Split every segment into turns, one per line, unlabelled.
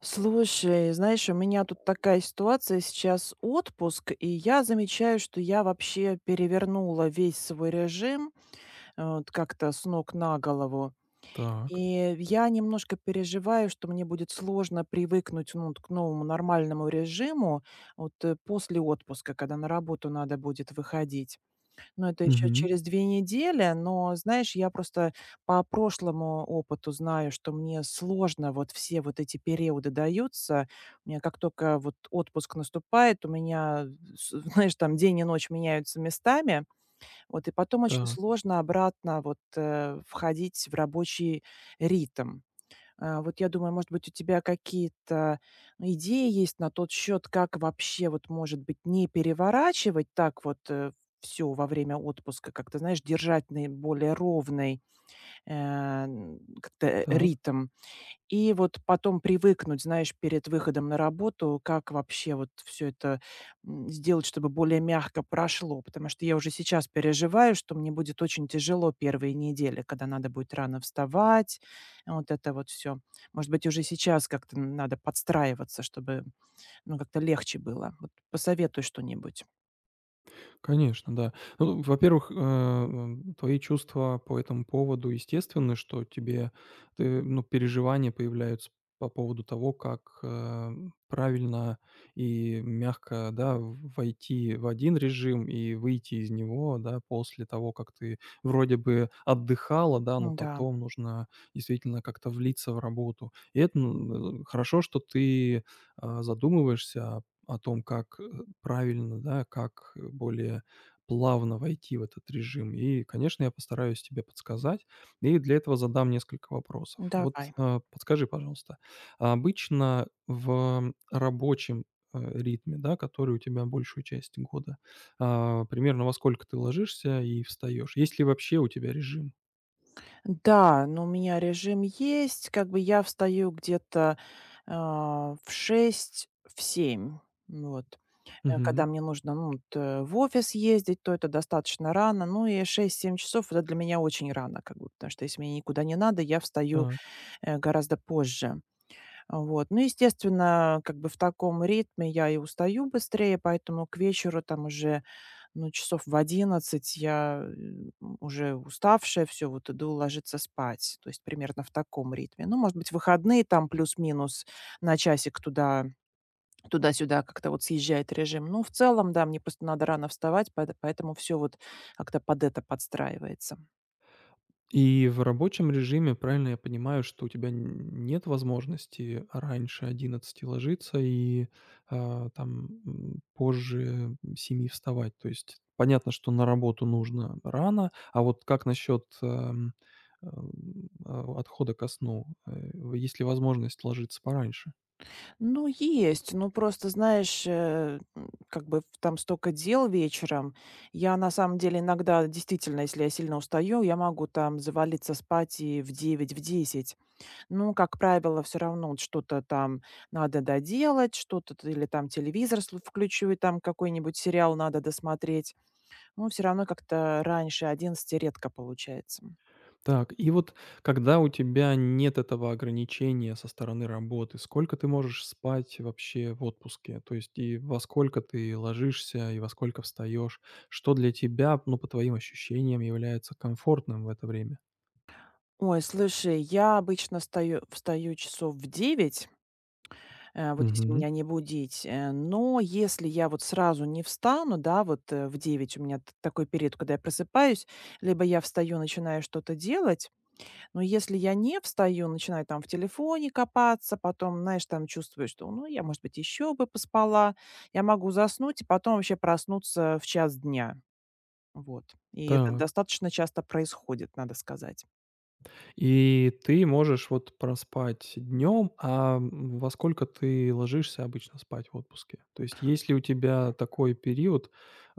Слушай, знаешь, у меня тут такая ситуация, сейчас отпуск, и я замечаю, что я вообще перевернула весь свой режим, вот как-то с ног на голову. И
Так.
я немножко переживаю, что мне будет сложно привыкнуть, ну, вот к новому нормальному режиму вот после отпуска, когда на работу надо будет выходить. Ну, это еще
Мгм.
через 2 недели, но, знаешь, я просто по прошлому опыту знаю, что мне сложно вот все вот эти периоды даются. У меня как только вот отпуск наступает, у меня, с знаешь, там день и ночь меняются местами. Вот, и потом очень
Так,
сложно обратно вот, входить в рабочий ритм. Вот я думаю, может быть, у тебя какие-то ну, идеи есть на тот счет, как вообще вот, может быть, не переворачивать так вот, все во время отпуска, как-то, знаешь, держать наиболее ровный,
так.
ритм. И вот потом привыкнуть, знаешь, перед выходом на работу, как вообще вот все это, сделать, чтобы более мягко прошло. Потому что я уже сейчас переживаю, что мне будет очень тяжело первые недели, когда надо будет рано вставать. Вот это вот все. Может быть, уже сейчас как-то надо подстраиваться, чтобы, ну, как-то легче было. Вот посоветуй что-нибудь.
Конечно, да. Ну, во-первых, твои чувства по этому поводу естественны, что ну, переживания появляются по поводу того, как, правильно и мягко, да, в войти в один режим и выйти из него, да, после того, как ты вроде бы отдыхала, да, но
Да,
потом нужно действительно как-то влиться в работу. И это, хорошо, что ты, задумываешься о том, как, правильно, да, как, более плавно войти в этот режим. И, конечно, я постараюсь тебе подсказать, и для этого задам несколько вопросов. Вот,
давай.
подскажи, пожалуйста, а обычно в рабочем, ритме, да, который у тебя большую часть года, примерно во сколько ты ложишься и встаешь? Есть ли вообще у тебя режим?
Да, но у меня режим есть. Как бы я встаю где-то, в 6 в семь. Вот.
Мгм.
Когда мне нужно, ну, вот, в офис ездить, то это достаточно рано. Ну и шесть-семь часов - это для меня очень рано, как бы, потому что если мне никуда не надо, я встаю, гораздо позже. Вот. Ну, естественно, как бы в таком ритме я и устаю быстрее, поэтому к вечеру там уже ну, часов в 11 я, уже уставшая, все вот иду ложиться спать. То есть примерно в таком ритме. Ну, может быть, выходные там плюс-минус на часик туда -сюда как-то вот съезжает режим. Ну, в целом, да, мне просто надо рано вставать, поэтому все вот как-то под это подстраивается.
И в рабочем режиме, правильно я понимаю, что у тебя н нет возможности раньше одиннадцати ложиться и, там, позже семи вставать? То есть понятно, что на работу нужно рано, а вот как насчет, отхода ко сну? Есть ли возможность ложиться пораньше?
Ну, есть, ну, просто, знаешь, как бы там столько дел вечером. Я на самом деле иногда, действительно, если я сильно устаю, я могу там завалиться спать и в 9 в 10. Ну, как правило, все равно вот что-то там надо доделать, что-то т или там телевизор сл включу, и там какой-нибудь сериал надо досмотреть. Ну, все равно как-то раньше 11 редко получается.
Так, и вот когда у тебя нет этого ограничения со стороны работы, сколько ты можешь спать вообще в отпуске? То есть и во сколько ты ложишься, и во сколько встаешь? Что для тебя, ну, по твоим ощущениям, является комфортным в это время?
Ой, слушай, я обычно встаю часов в 9, вот если
Мгм.
меня не будить, но если я вот сразу не встану, да, вот, в 9 у меня т такой период, когда я просыпаюсь, либо я встаю, начинаю что-то делать. Но если я не встаю, начинаю там в телефоне копаться, потом, знаешь, там чувствую, что, ну, я, может быть, еще бы поспала, я могу заснуть и потом вообще проснуться в час дня. Вот. И это
Так.
достаточно часто происходит, надо сказать.
И ты можешь вот проспать днем, во сколько ты ложишься обычно спать в отпуске? То есть есть ли у тебя такой период,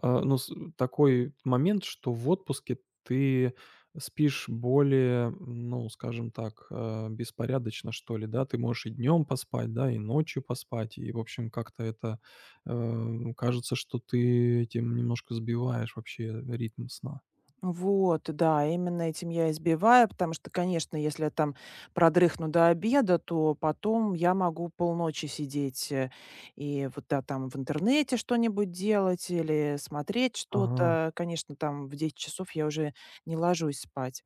ну, такой момент, что в отпуске ты спишь более, ну, скажем так, беспорядочно, что ли, да? Ты можешь и днем поспать, да, и ночью поспать, и, в общем, как-то это кажется, что ты этим немножко сбиваешь вообще ритм сна.
Вот, да, именно этим я избиваю, потому что, конечно, если я там продрыхну до обеда, то потом я могу полночи сидеть и вот да, там в интернете что-нибудь делать или смотреть
Ага.
что-то. Конечно, там в 10 часов я уже не ложусь спать.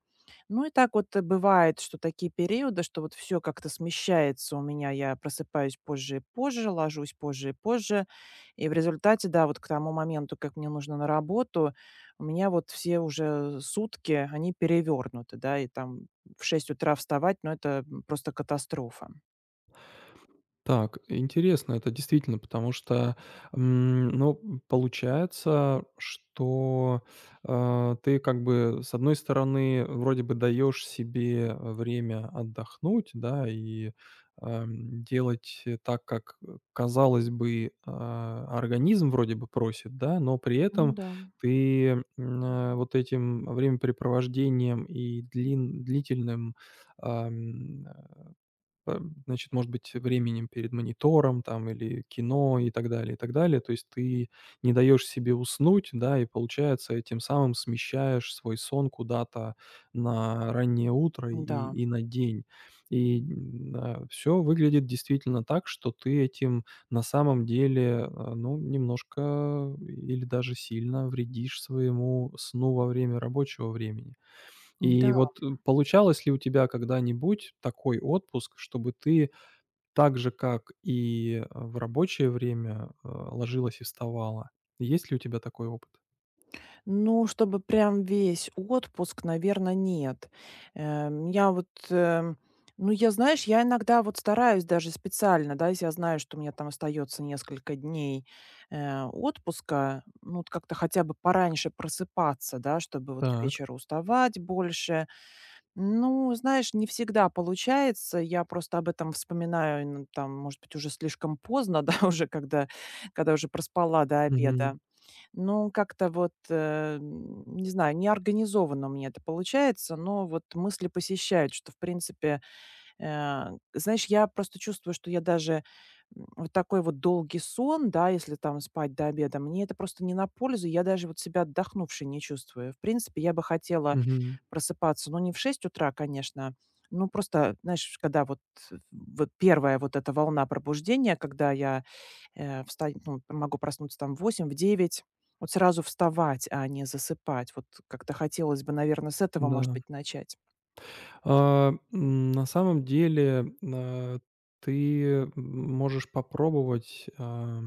Ну и так вот бывает, что такие периоды, что вот все как-то смещается у меня, я просыпаюсь позже и позже, ложусь позже и позже, и в результате, да, вот к тому моменту, как мне нужно на работу, у меня вот все уже сутки, они перевернуты, да, и там в 6 утра вставать, ну, это, просто катастрофа.
Так, интересно это действительно, потому что, ну, получается, что, ты как бы, с одной стороны, вроде бы даешь себе время отдохнуть, да, и, делать так, как, казалось бы, организм вроде бы просит, да, но при
Ну
этом
да.
ты, вот этим времяпрепровождением и длин длительным, эм, э, значит, может быть, временем перед монитором там или кино и так далее, и так далее. То есть ты не даешь себе уснуть, да, и получается, тем самым смещаешь свой сон куда-то на раннее утро
Да,
и на день. И все выглядит действительно так, что ты этим на самом деле, ну, немножко или даже сильно вредишь своему сну во время рабочего времени. И
да.
вот, получалось ли у тебя когда-нибудь такой отпуск, чтобы ты так же, как и, в рабочее время, ложилась и вставала? Есть ли у тебя такой опыт?
Ну, чтобы прям весь отпуск, наверное, нет. Я вот, ну, я, знаешь, я иногда вот стараюсь даже специально, да, если я знаю, что у меня там остается несколько дней, отпуска, ну, вот как-то хотя бы пораньше просыпаться, да, чтобы вот к
Так.
вечеру уставать больше. Ну, знаешь, не всегда получается. Я просто об этом вспоминаю, ну, там, может быть, уже слишком поздно, да, уже когда, когда уже проспала до
Мгм.
обеда. Ну, как-то вот, не знаю, неорганизованно у меня это получается, но вот мысли посещают, что, в принципе, Э, знаешь, я просто чувствую, что я даже, вот такой вот долгий сон, да, если там спать до обеда, мне это просто не на пользу. Я даже вот себя отдохнувшей не чувствую. В принципе, я бы хотела
Мгм.
просыпаться, но не в 6 утра, конечно. Ну, просто, знаешь, когда вот вот первая вот эта волна пробуждения, когда я, э, встань ну, могу проснуться там в 8, в 9, вот сразу вставать, а не засыпать. Вот как-то хотелось бы, наверное, с этого, может
Да.
быть, начать.
На самом деле, ты можешь попробовать,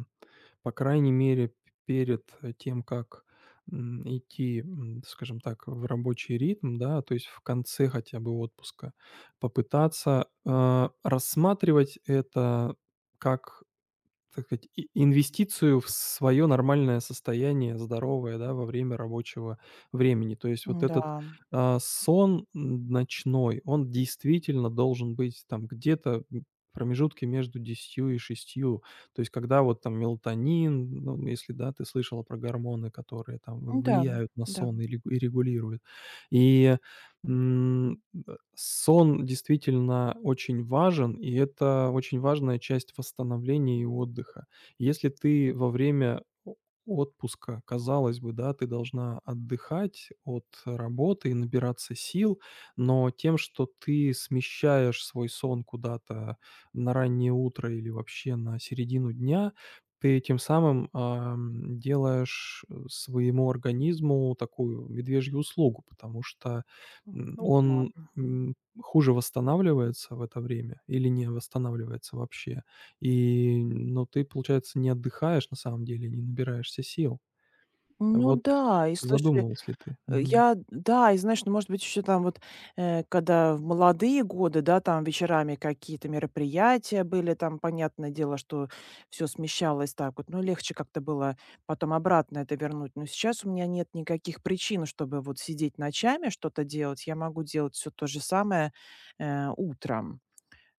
по крайней мере, перед, тем, как, идти, скажем так, в рабочий ритм, да, то есть в конце хотя бы отпуска, попытаться, рассматривать это как, так сказать, инвестицию в свое нормальное состояние, здоровое, да, во время рабочего времени. То есть вот этот, сон ночной, он действительно должен быть там где-то, в промежутке между десятью и шестью. То есть когда вот там мелатонин, ну, если, да, ты слышала про гормоны, которые там
Да, да,
влияют на
да,
сон и регулируют. И М, сон действительно очень важен, и это очень важная часть восстановления и отдыха. Если ты во время о отпуска, казалось бы, да, ты должна отдыхать от работы и набираться сил, но тем, что ты смещаешь свой сон куда-то на раннее утро или вообще на середину дня, ты тем самым, делаешь, своему организму такую медвежью услугу, потому что М, он,
да.
м, хуже восстанавливается в это время или не восстанавливается вообще. И, ну, ты, получается, не отдыхаешь на самом деле, не набираешься сил.
Ну
Вот,
да, и слушай,
задумывался ли ты? Мгм.
я да, и знаешь, ну, может быть, еще там вот, когда в молодые годы, да, там вечерами какие-то мероприятия были, там, понятное дело, что все смещалось так вот, ну, легче как-то было потом обратно это вернуть. Но сейчас у меня нет никаких причин, чтобы вот сидеть ночами, что-то делать. Я могу делать все то же самое, утром.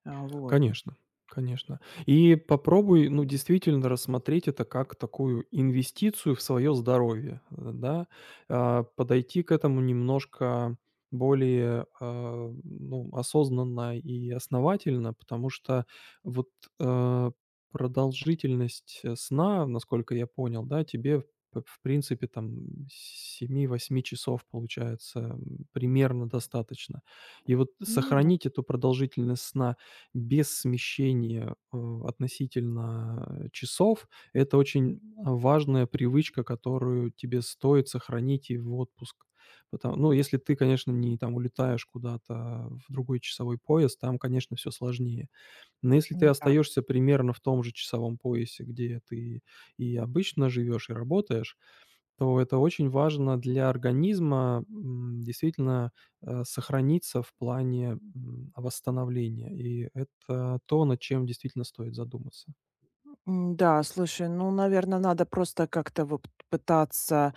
А, вот.
Конечно, конечно. И попробуй, ну, действительно рассмотреть это как такую инвестицию в свое здоровье, да. Подойти к этому немножко более, ну, осознанно и основательно, потому что вот, э, продолжительность, сна, насколько я понял, да, тебе в принципе там семи-восьми часов, получается, примерно достаточно. И вот
Ну да,
сохранить эту продолжительность сна без смещения, относительно, часов. Это очень важная привычка, которую тебе стоит сохранить и в отпуск. Потом, ну, если ты, конечно, не там улетаешь куда-то в другой часовой пояс, там, конечно, все сложнее. Но если ты
м-да.
остаешься примерно в том же часовом поясе, где ты и обычно живешь и работаешь, то это очень важно для организма, действительно, сохраниться в плане, восстановления. И это то, над чем действительно стоит задуматься.
М-да, слушай, ну, наверное, надо просто как-то вот пытаться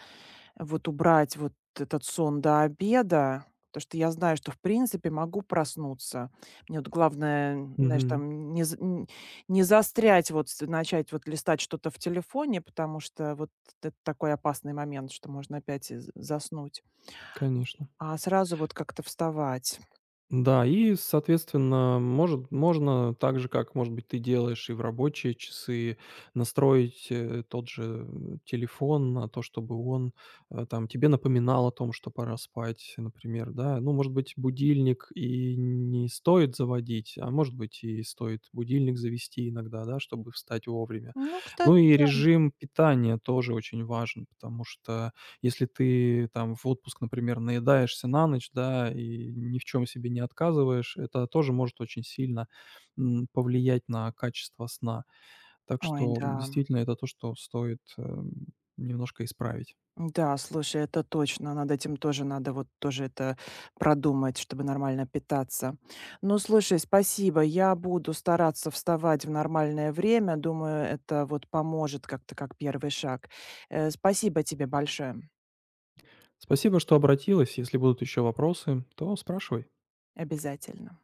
вот убрать вот этот сон до обеда, потому что я знаю, что в принципе могу проснуться. Мне вот главное, знаешь,
Мгм.
там не з н не застрять, вот с начать вот листать что-то в телефоне, потому что вот это такой опасный момент, что можно опять и з заснуть,
Конечно.
а сразу вот как-то вставать.
Да, и, соответственно, может, можно так же, как, может быть, ты делаешь и в рабочие часы, настроить, тот же, телефон на то, чтобы он, там тебе напоминал о том, что пора спать, например, да. Ну, может быть, будильник и не стоит заводить, а может быть, и стоит будильник завести иногда, да, чтобы встать вовремя.
Ну, кстати
Ну и режим питания тоже очень важен, потому что если ты там в отпуск, например, наедаешься на ночь, да, и ни в чем себе не отказываешь, это тоже может очень сильно, повлиять на качество сна. Так
ой,
что
да.
действительно это то, что стоит, немножко исправить.
Да, слушай, это точно. Над этим тоже надо вот тоже это продумать, чтобы нормально питаться. Ну, слушай, спасибо. Я буду стараться вставать в нормальное время. Думаю, это вот поможет как-то как первый шаг. Спасибо тебе большое.
Спасибо, что обратилась. Если будут еще вопросы, то спрашивай.
Обязательно.